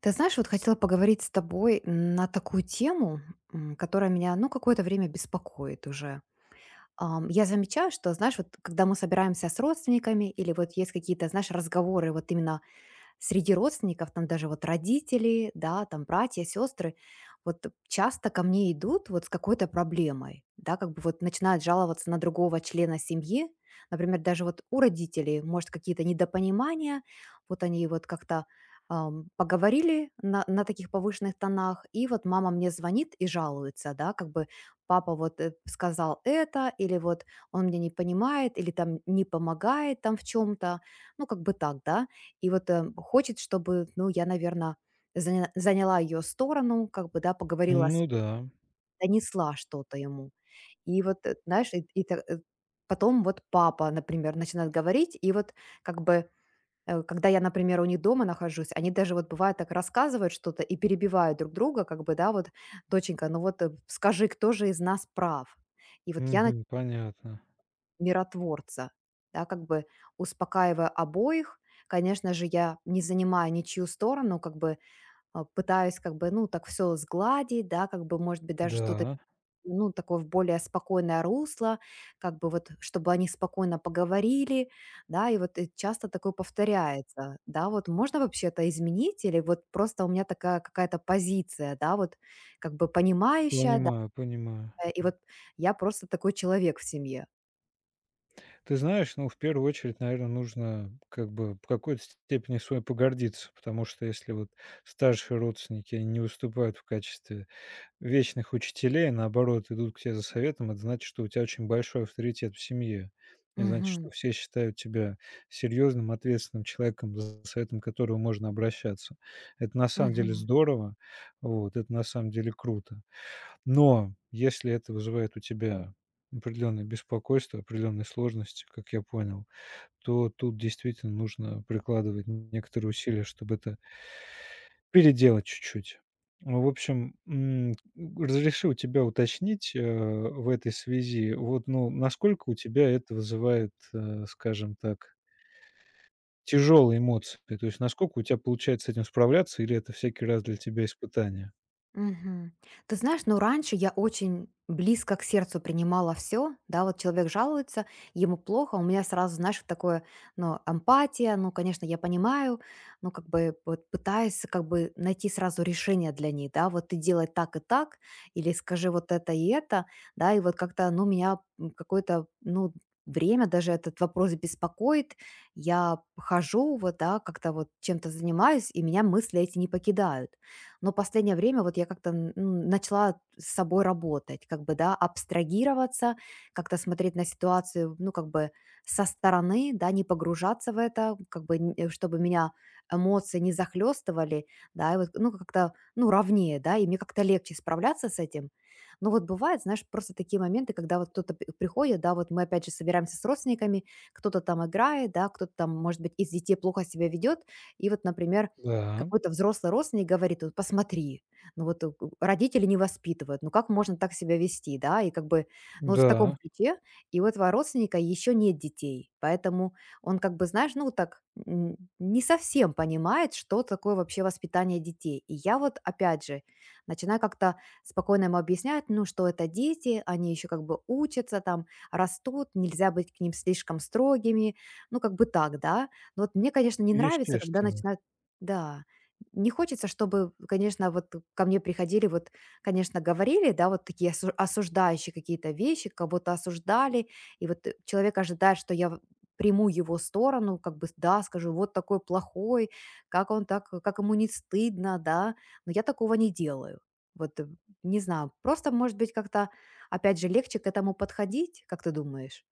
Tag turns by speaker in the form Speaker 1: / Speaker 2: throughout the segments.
Speaker 1: Ты знаешь, вот хотела поговорить с тобой на такую тему, которая меня, ну, какое-то время беспокоит уже. Я замечаю, что, знаешь, вот когда мы собираемся с родственниками или вот есть какие-то, знаешь, разговоры вот именно среди родственников, там даже вот родители, да, там братья, сестры, вот часто ко мне идут вот с какой-то проблемой, да, как бы вот начинают жаловаться на другого члена семьи, например, даже вот у родителей, может, какие-то недопонимания, вот они вот как-то поговорили на таких повышенных тонах, и вот мама мне звонит и жалуется, да, как бы папа вот сказал это, или вот он меня не понимает, или там не помогает там в чем-то, ну, как бы так, да, и вот, хочет, чтобы, ну, я, наверное, заняла ее сторону, как бы, да, поговорила с,
Speaker 2: Ну да.
Speaker 1: донесла что-то ему. И вот, знаешь, потом вот папа, например, начинает говорить, и вот, как бы, когда я, например, у них дома нахожусь, они даже вот бывает так рассказывают что-то и перебивают друг друга, как бы, да, вот: "Доченька, ну вот, скажи, кто же из нас прав?" И вот я на
Speaker 2: Мгм. Понятно.
Speaker 1: миротворца, да, как бы успокаивая обоих. Конечно же, я не занимаю ничью сторону, как бы пытаюсь как бы, ну, так все сгладить, да, как бы, может быть, даже что-то,
Speaker 2: Да,
Speaker 1: ну, такое в более спокойное русло, как бы вот, чтобы они спокойно поговорили, да, и вот часто такое повторяется, да, вот можно вообще это изменить или вот просто у меня такая какая-то позиция, да, вот как бы понимающая, да,
Speaker 2: понимаю, понимаю.
Speaker 1: и вот я просто такой человек в семье.
Speaker 2: Ты знаешь, ну, в первую очередь, наверное, нужно как бы в какой-то степени с вами погордиться, потому что если вот старшие родственники они не выступают в качестве вечных учителей, а наоборот, идут к тебе за советом, это значит, что у тебя очень большой авторитет в семье. Это значит,
Speaker 1: Мгм.
Speaker 2: что все считают тебя серьезным, ответственным человеком, за советом которого можно обращаться. Это на самом деле
Speaker 1: Мгм.
Speaker 2: здорово, вот, это на самом деле круто. Но если это вызывает у тебя определенное беспокойство, определенные сложности, как я понял, то тут действительно нужно прикладывать некоторые усилия, чтобы это переделать чуть-чуть. Ну, в общем, разреши у тебя уточнить, в этой связи, вот, ну, насколько у тебя это вызывает, скажем так, тяжелые эмоции? То есть насколько у тебя получается с этим справляться или это всякий раз для тебя испытание?
Speaker 1: Мгм. Ты знаешь, ну раньше я очень близко к сердцу принимала все, да, вот человек жалуется, ему плохо, у меня сразу, знаешь, вот такое, ну, эмпатия, ну, конечно, я понимаю, ну, как бы вот пытаюсь как бы найти сразу решение для ней, да, вот ты делай так и так, или скажи вот это и это, да, и вот как-то, ну, меня какое-то, ну, время даже этот вопрос беспокоит, я хожу, вот, да, как-то вот чем-то занимаюсь, и меня мысли эти не покидают. Но последнее время вот я как-то ну, начала с собой работать, как бы, да, абстрагироваться, как-то смотреть на ситуацию, ну, как бы со стороны, да, не погружаться в это, как бы, чтобы меня эмоции не захлестывали, да, и вот, ну, как-то, ну, ровнее, да, и мне как-то легче справляться с этим. Но вот бывает, знаешь, просто такие моменты, когда вот кто-то приходит, да, вот мы опять же собираемся с родственниками, кто-то там играет, да, кто-то там, может быть, из детей плохо себя ведет, и вот, например,
Speaker 2: Да,
Speaker 1: какой-то взрослый родственник говорит: "Вот посмотри, ну вот, у родители не воспитывают, ну как можно так себя вести?" Да, и как бы, ну, вот в таком
Speaker 2: да,
Speaker 1: ключе. И у этого родственника еще нет детей, поэтому он как бы, знаешь, ну так, не совсем понимает, что такое вообще воспитание детей. И я вот опять же начинаю как-то спокойно ему объяснять, ну, что это дети, они еще как бы учатся там, растут, нельзя быть к ним слишком строгими, ну, как бы так, да. Но вот мне, конечно, не нравится, когда
Speaker 2: естественно.
Speaker 1: начинают. Да. Не хочется, чтобы, конечно, вот ко мне приходили, вот, конечно, говорили, да, вот такие осуждающие какие-то вещи, кого-то осуждали, и вот человек ожидает, что я приму его сторону, как бы, да, скажу, вот такой плохой, как он так, как ему не стыдно, да, но я такого не делаю. Вот, не знаю, просто, может быть, как-то, опять же, легче к этому подходить, как ты думаешь?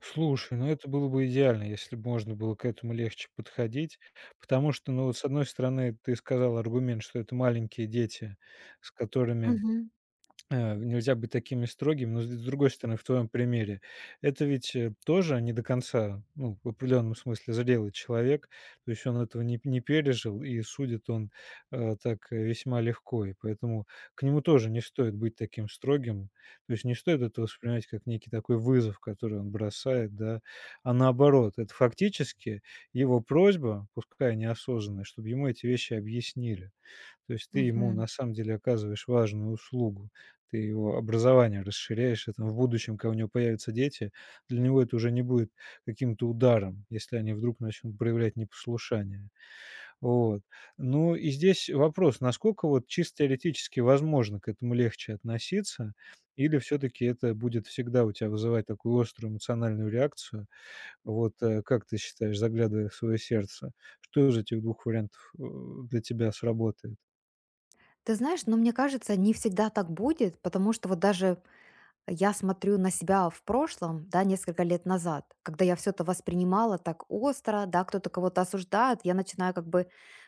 Speaker 2: Слушай, ну это было бы идеально, если бы можно было к этому легче подходить, потому что, ну, вот с одной стороны, ты сказал аргумент, что это маленькие дети, с которыми
Speaker 1: Мгм.
Speaker 2: нельзя быть такими строгими, но с другой стороны, в твоем примере, это ведь, тоже не до конца, ну, в определенном смысле зрелый человек, то есть он этого не пережил, и судит он, так, весьма легко, и поэтому к нему тоже не стоит быть таким строгим, то есть не стоит это воспринимать как некий такой вызов, который он бросает, да, а наоборот, это фактически его просьба, пускай неосознанная, чтобы ему эти вещи объяснили. То есть ты ему
Speaker 1: Мгм.
Speaker 2: на самом деле оказываешь важную услугу. Ты его образование расширяешь, и там в будущем, когда у него появятся дети, для него это уже не будет каким-то ударом, если они вдруг начнут проявлять непослушание. Вот. Ну и здесь вопрос, насколько вот чисто теоретически возможно к этому легче относиться, или все-таки это будет всегда у тебя вызывать такую острую эмоциональную реакцию? Вот как ты считаешь, заглядывая в свое сердце, что из этих двух вариантов для тебя сработает?
Speaker 1: Ты знаешь, но мне кажется, не всегда так будет, потому что вот даже я смотрю на себя в прошлом, да, несколько лет назад, когда я все это воспринимала так остро, да, кто-то кого-то осуждает, я начинаю как бы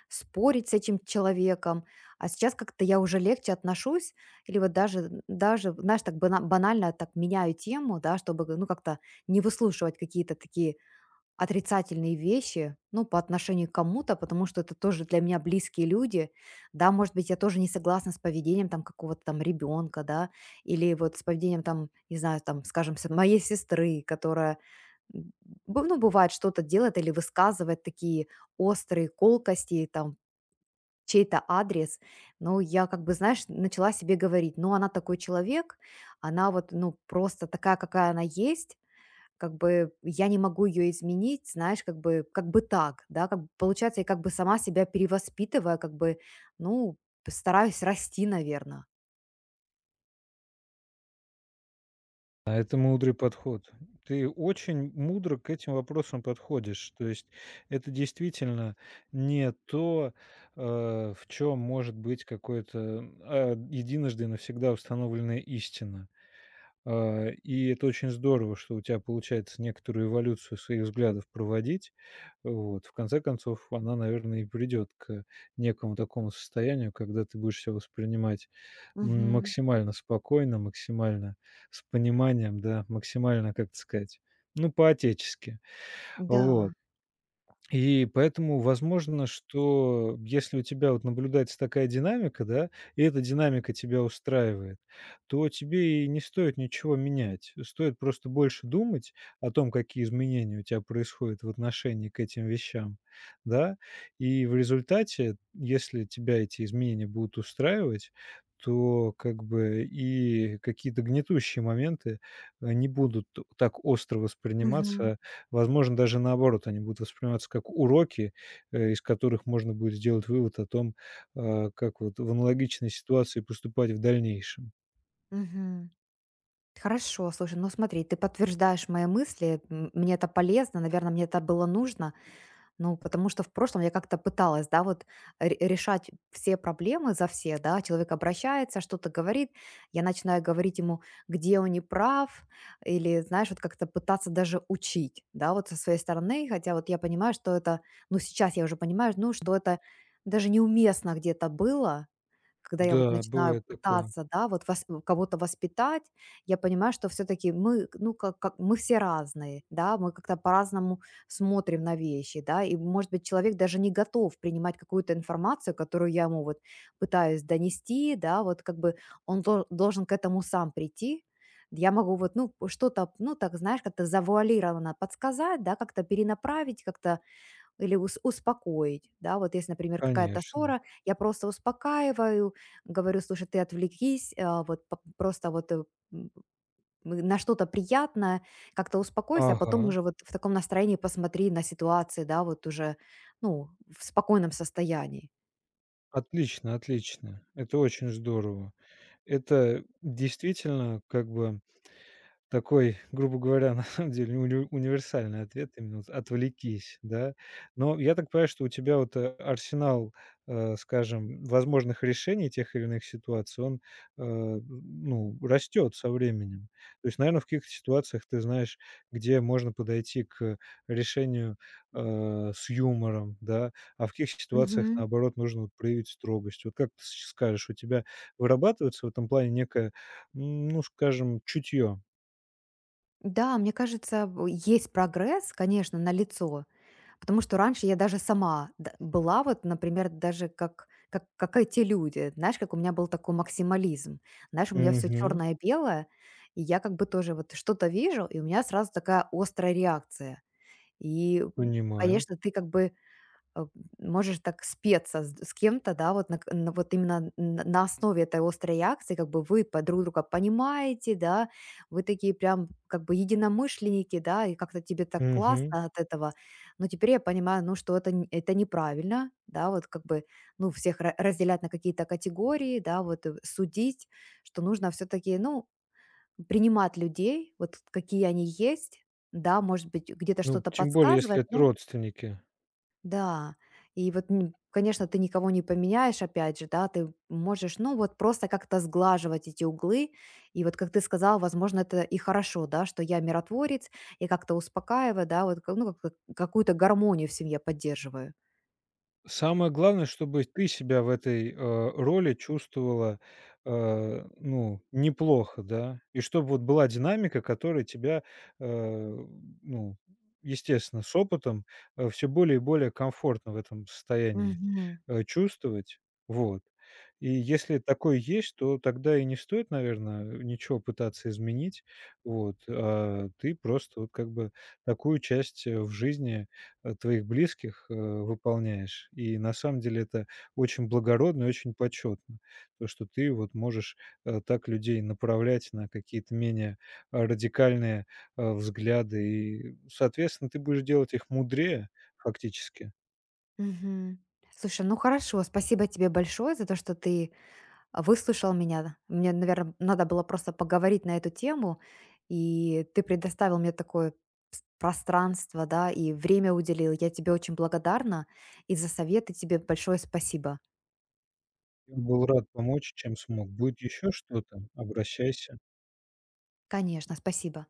Speaker 1: спорить с этим человеком, а сейчас как-то я уже легче отношусь, или вот даже, даже, знаешь, так банально так меняю тему, да, чтобы, ну, как-то не выслушивать какие-то такие отрицательные вещи, ну, по отношению к кому-то, потому что это тоже для меня близкие люди. Да, может быть, я тоже не согласна с поведением там какого-то там ребенка, да, или вот с поведением там, не знаю, там, скажем, моей сестры, которая, м, ну, бывает, что-то делает или высказывает такие острые колкости, там, в чей-то адрес, ну, я как бы, знаешь, начала себе говорить, ну, она такой человек, она вот, ну, просто такая, какая она есть, как бы я не могу ее изменить, знаешь, как бы так, да, как бы получается, я как бы сама себя перевоспитывая, как бы, ну, стараюсь расти, наверное.
Speaker 2: А это мудрый подход. Ты очень мудро к этим вопросам подходишь. То есть это действительно не то, э, в чем может быть какое-то единожды навсегда установленная истина. А, и это очень здорово, что у тебя получается некоторую эволюцию своих взглядов проводить. Вот. В конце концов, она, наверное, и придет к некому такому состоянию, когда ты будешь себя воспринимать
Speaker 1: Мгм.
Speaker 2: максимально спокойно, максимально с пониманием, да, максимально, как это сказать, ну, по-отечески.
Speaker 1: Да.
Speaker 2: Вот. И поэтому возможно, что если у тебя вот наблюдается такая динамика, да, и эта динамика тебя устраивает, то тебе и не стоит ничего менять. Стоит просто больше думать о том, какие изменения у тебя происходят в отношении к этим вещам, да. И в результате, если тебя эти изменения будут устраивать, то как бы и какие-то гнетущие моменты, не будут так остро
Speaker 1: Мгм.
Speaker 2: восприниматься. Возможно, даже наоборот, они будут восприниматься как уроки, из которых можно будет сделать вывод о том, как вот в аналогичной ситуации поступать в дальнейшем.
Speaker 1: Мгм. Хорошо, слушай, ну смотри, ты подтверждаешь мои мысли, мне это полезно, наверное, мне это было нужно. Ну, потому что в прошлом я как-то пыталась, да, вот решать все проблемы за все, да, человек обращается, что-то говорит, я начинаю говорить ему, где он не прав, или, знаешь, вот как-то пытаться даже учить, да, вот со своей стороны, хотя вот я понимаю, что это, ну, сейчас я уже понимаю, ну, что это даже неуместно где-то было, когда я вот
Speaker 2: Да,
Speaker 1: начинаю
Speaker 2: бывает такое.
Speaker 1: пытаться, да, вот кого-то воспитать, я понимаю, что все таки мы, ну, как мы все разные, да, мы как-то по-разному смотрим на вещи, да, и, может быть, человек даже не готов принимать какую-то информацию, которую я ему вот пытаюсь донести, да, вот как бы он должен к этому сам прийти. Я могу вот, ну, что-то, ну, так, знаешь, как-то завуалированно подсказать, да, как-то перенаправить, как-то или ус успокоить, да. Вот если, например, какая-то
Speaker 2: Конечно.
Speaker 1: ссора, я просто успокаиваю, говорю: "Слушай, ты отвлекись, а, вот п просто вот, м, на что-то приятное, как-то успокойся, а
Speaker 2: Ага.
Speaker 1: потом уже вот в таком настроении посмотри на ситуации, да, вот уже, ну, в спокойном состоянии".
Speaker 2: Отлично, отлично. Это очень здорово. Это действительно как бы такой, грубо говоря, на самом деле универсальный ответ именно вот "отвлекись", да. Но я так понимаю, что у тебя вот, арсенал, скажем, возможных решений тех или иных ситуаций, он, ну, растет со временем. То есть, наверное, в каких-то ситуациях ты знаешь, где можно подойти к решению, с юмором, да, а в каких ситуациях,
Speaker 1: Мгм.
Speaker 2: наоборот, нужно вот проявить строгость. Вот как ты сч скажешь, у тебя вырабатывается в этом плане некое, ну, скажем, чутье?
Speaker 1: Да, мне кажется, в есть прогресс, конечно, на лицо. Потому что раньше я даже сама была вот, например, даже как эти люди. Знаешь, как у меня был такой максимализм. Знаешь, у меня все
Speaker 2: Мгм.
Speaker 1: черное-белое, и я как бы тоже вот что-то вижу, и у меня сразу такая острая реакция. И,
Speaker 2: Понимаю.
Speaker 1: конечно, ты как бы э, можешь так спеться с кем-то, да, вот, на вот именно на основе этой острой реакции, как бы вы по друг друга понимаете, да, вы такие прям как бы единомышленники, да, и как-то тебе так
Speaker 2: Мгм.
Speaker 1: классно от этого. Но теперь я понимаю, ну, что это н это неправильно, да, вот как бы, ну, всех ра разделять на какие-то категории, да, вот, судить, что нужно все таки, ну, принимать людей, вот какие они есть. Да, может быть, где-то
Speaker 2: Ну,
Speaker 1: что-то
Speaker 2: тем более,
Speaker 1: подсказывает,
Speaker 2: если это
Speaker 1: но
Speaker 2: родственники.
Speaker 1: да, и вот, конечно, ты никого не поменяешь, опять же, да, ты можешь, ну, вот просто как-то сглаживать эти углы. И вот, как ты сказал, возможно, это и хорошо, да, что я миротворец, и как-то успокаиваю, да, вот, какую-то гармонию в семье поддерживаю.
Speaker 2: Самое главное, чтобы ты себя в этой, роли чувствовала, ну, неплохо, да. И чтобы вот была динамика, которая тебя, э, ну, естественно, с опытом, все более и более комфортно в этом состоянии,
Speaker 1: Мгм.
Speaker 2: чувствовать. Вот. И если такое есть, то тогда и не стоит, наверное, ничего пытаться изменить. Вот. А ты просто вот как бы такую часть, в жизни твоих близких, выполняешь. И на самом деле это очень благородно и очень почетно, то, что ты вот можешь, так людей направлять на какие-то менее, радикальные, взгляды. И, соответственно, ты будешь делать их мудрее фактически.
Speaker 1: Мгм. Слушай, ну хорошо, спасибо тебе большое за то, что ты выслушал меня. Мне, наверное, надо было просто поговорить на эту тему, и ты предоставил мне такое пространство, да, и время уделил. Я тебе очень благодарна, и за советы тебе большое спасибо.
Speaker 2: Я был рад помочь, чем смог. Будет еще что-то- обращайся.
Speaker 1: Конечно, спасибо.